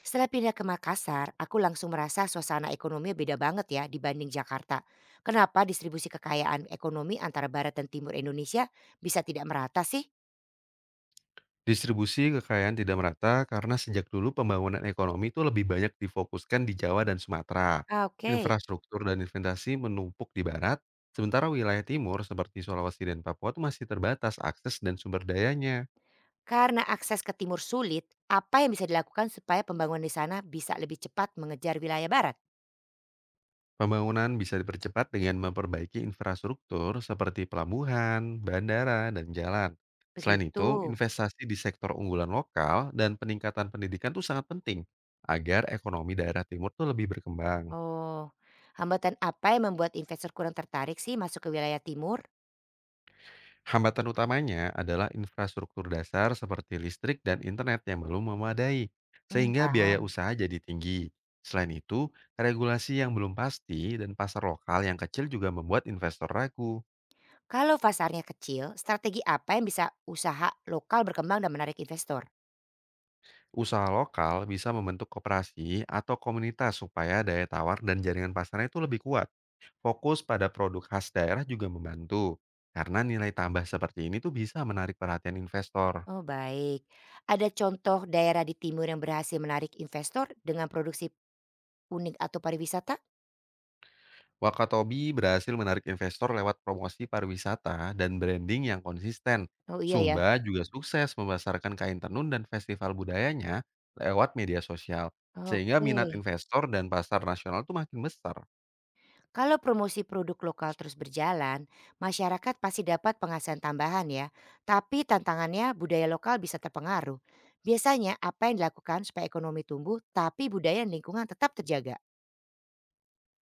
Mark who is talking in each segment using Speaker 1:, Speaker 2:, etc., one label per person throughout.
Speaker 1: Setelah pindah ke Makassar, aku langsung merasa suasana ekonomi beda banget ya dibanding Jakarta. Kenapa distribusi kekayaan ekonomi antara barat dan timur Indonesia bisa tidak merata sih?
Speaker 2: Distribusi kekayaan tidak merata karena sejak dulu pembangunan ekonomi itu lebih banyak difokuskan di Jawa dan Sumatera.
Speaker 1: Ah, oke.
Speaker 2: Infrastruktur dan investasi menumpuk di barat, sementara wilayah timur seperti Sulawesi dan Papua itu masih terbatas akses dan sumber dayanya.
Speaker 1: Karena akses ke timur sulit, apa yang bisa dilakukan supaya pembangunan di sana bisa lebih cepat mengejar wilayah barat?
Speaker 2: Pembangunan bisa dipercepat dengan memperbaiki infrastruktur seperti pelabuhan, bandara, dan jalan. Selain
Speaker 1: Begitu.
Speaker 2: itu, investasi di sektor unggulan lokal dan peningkatan pendidikan itu sangat penting agar ekonomi daerah timur tuh lebih berkembang.
Speaker 1: Oh, hambatan apa yang membuat investor kurang tertarik sih masuk ke wilayah timur?
Speaker 2: Hambatan utamanya adalah infrastruktur dasar seperti listrik dan internet yang belum memadai,
Speaker 1: Hmm,
Speaker 2: sehingga biaya
Speaker 1: paham.
Speaker 2: usaha jadi tinggi. Selain itu, regulasi yang belum pasti dan pasar lokal yang kecil juga membuat investor ragu.
Speaker 1: Kalau pasarnya kecil, strategi apa yang bisa usaha lokal berkembang dan menarik investor?
Speaker 2: Usaha lokal bisa membentuk koperasi atau komunitas supaya daya tawar dan jaringan pasarnya itu lebih kuat. Fokus pada produk khas daerah juga membantu, karena nilai tambah seperti ini tuh bisa menarik perhatian investor.
Speaker 1: Oh, baik. Ada contoh daerah di timur yang berhasil menarik investor dengan produksi unik atau pariwisata?
Speaker 2: Wakatobi berhasil menarik investor lewat promosi pariwisata dan branding yang konsisten.
Speaker 1: Oh, iya ya.
Speaker 2: Sumba juga sukses memasarkan kain tenun dan festival budayanya lewat media sosial, sehingga
Speaker 1: Oke.
Speaker 2: minat investor dan pasar nasional tuh makin besar.
Speaker 1: Kalau promosi produk lokal terus berjalan, masyarakat pasti dapat penghasilan tambahan ya. Tapi tantangannya budaya lokal bisa terpengaruh. Biasanya apa yang dilakukan supaya ekonomi tumbuh tapi budaya dan lingkungan tetap terjaga?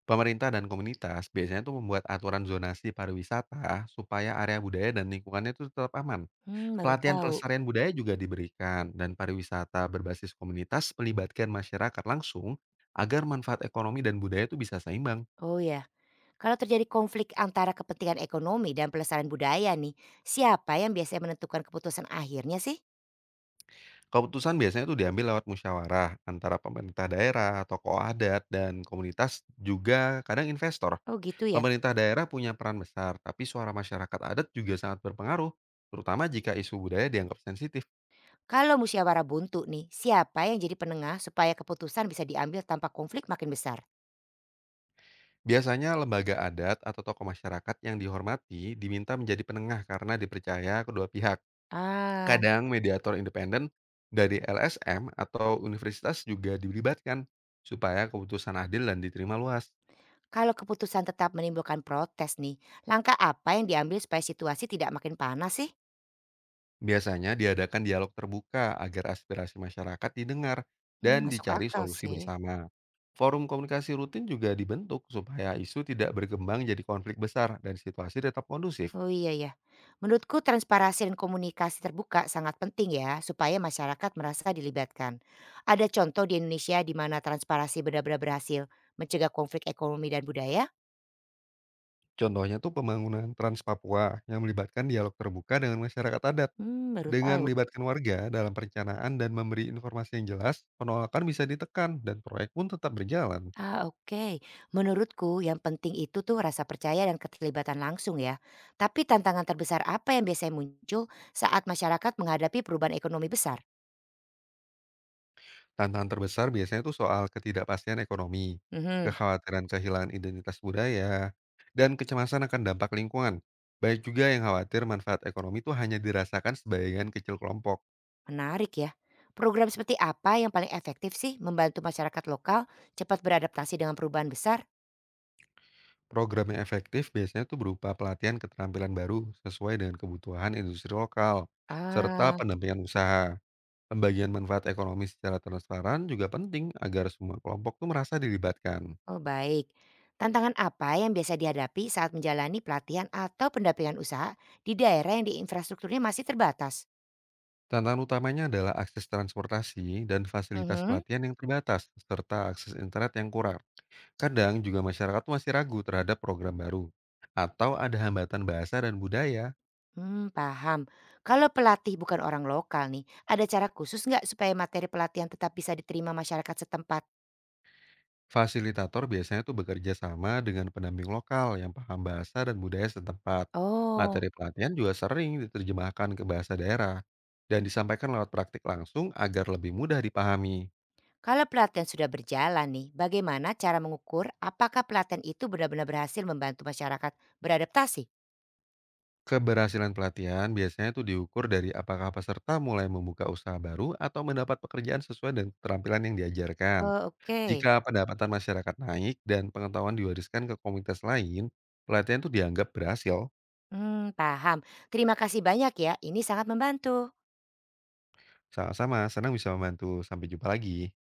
Speaker 2: Pemerintah dan komunitas biasanya tuh membuat aturan zonasi pariwisata supaya area budaya dan lingkungannya tuh tetap aman.
Speaker 1: Hmm, baru
Speaker 2: Pelatihan
Speaker 1: tahu.
Speaker 2: pelestarian budaya juga diberikan dan pariwisata berbasis komunitas melibatkan masyarakat langsung agar manfaat ekonomi dan budaya itu bisa seimbang.
Speaker 1: Oh ya. Kalau terjadi konflik antara kepentingan ekonomi dan pelestarian budaya nih, siapa yang biasanya menentukan keputusan akhirnya sih?
Speaker 2: Keputusan biasanya itu diambil lewat musyawarah antara pemerintah daerah, tokoh adat, dan komunitas juga kadang investor.
Speaker 1: Oh gitu ya.
Speaker 2: Pemerintah daerah punya peran besar, tapi suara masyarakat adat juga sangat berpengaruh, terutama jika isu budaya dianggap sensitif.
Speaker 1: Kalau musyawarah buntu nih, siapa yang jadi penengah supaya keputusan bisa diambil tanpa konflik makin besar?
Speaker 2: Biasanya lembaga adat atau tokoh masyarakat yang dihormati diminta menjadi penengah karena dipercaya kedua pihak.
Speaker 1: Ah,
Speaker 2: Kadang mediator independen dari LSM atau universitas juga dilibatkan supaya keputusan adil dan diterima luas.
Speaker 1: kalau keputusan tetap menimbulkan protes nih, langkah apa yang diambil supaya situasi tidak makin panas sih?
Speaker 2: Biasanya diadakan dialog terbuka agar aspirasi masyarakat didengar
Speaker 1: Hmm,
Speaker 2: dan
Speaker 1: masuk
Speaker 2: dicari
Speaker 1: akal
Speaker 2: solusi
Speaker 1: sih.
Speaker 2: bersama. Forum komunikasi rutin juga dibentuk supaya isu tidak berkembang jadi konflik besar dan situasi tetap kondusif.
Speaker 1: Oh iya ya. Menurutku transparasi dan komunikasi terbuka sangat penting ya supaya masyarakat merasa dilibatkan. Ada contoh di Indonesia di mana transparasi benar-benar berhasil mencegah konflik ekonomi dan budaya?
Speaker 2: Contohnya tuh pembangunan Trans Papua yang melibatkan dialog terbuka dengan masyarakat adat.
Speaker 1: Hmm, baru
Speaker 2: Dengan
Speaker 1: tahu.
Speaker 2: melibatkan warga dalam perencanaan dan memberi informasi yang jelas, penolakan bisa ditekan dan proyek pun tetap berjalan.
Speaker 1: Ah, oke, menurutku yang penting itu tuh rasa percaya dan keterlibatan langsung ya. Tapi tantangan terbesar apa yang biasanya muncul saat masyarakat menghadapi perubahan ekonomi besar?
Speaker 2: Tantangan terbesar biasanya tuh soal ketidakpastian ekonomi,
Speaker 1: Mhm.
Speaker 2: kekhawatiran kehilangan identitas budaya, dan kecemasan akan dampak lingkungan. Baik juga yang khawatir manfaat ekonomi itu hanya dirasakan sebagian kecil kelompok.
Speaker 1: Menarik ya. Program seperti apa yang paling efektif sih membantu masyarakat lokal cepat beradaptasi dengan perubahan besar?
Speaker 2: Program yang efektif biasanya tuh berupa pelatihan keterampilan baru sesuai dengan kebutuhan industri lokal, serta
Speaker 1: Ah,
Speaker 2: pendampingan usaha. Pembagian manfaat ekonomi secara transparan juga penting agar semua kelompok tuh merasa dilibatkan.
Speaker 1: oh, baik. Tantangan apa yang biasa dihadapi saat menjalani pelatihan atau pendampingan usaha di daerah yang di infrastrukturnya masih terbatas?
Speaker 2: Tantangan utamanya adalah akses transportasi dan fasilitas
Speaker 1: Mhm.
Speaker 2: pelatihan yang terbatas, serta akses internet yang kurang. Kadang juga masyarakat masih ragu terhadap program baru. Atau ada hambatan bahasa dan budaya.
Speaker 1: Hmm, paham. Kalau pelatih bukan orang lokal nih, ada cara khusus nggak supaya materi pelatihan tetap bisa diterima masyarakat setempat?
Speaker 2: Fasilitator biasanya tuh bekerja sama dengan pendamping lokal yang paham bahasa dan budaya setempat.
Speaker 1: Oh,
Speaker 2: Materi pelatihan juga sering diterjemahkan ke bahasa daerah dan disampaikan lewat praktik langsung agar lebih mudah dipahami.
Speaker 1: kalau pelatihan sudah berjalan nih, bagaimana cara mengukur apakah pelatihan itu benar-benar berhasil membantu masyarakat beradaptasi?
Speaker 2: Keberhasilan pelatihan biasanya itu diukur dari apakah peserta mulai membuka usaha baru atau mendapat pekerjaan sesuai dengan keterampilan yang diajarkan.
Speaker 1: Oh, oke.
Speaker 2: Jika pendapatan masyarakat naik dan pengetahuan diwariskan ke komunitas lain, pelatihan itu dianggap berhasil.
Speaker 1: Hmm, paham. Terima kasih banyak ya. Ini sangat membantu.
Speaker 2: Sama-sama, senang bisa membantu. Sampai jumpa lagi.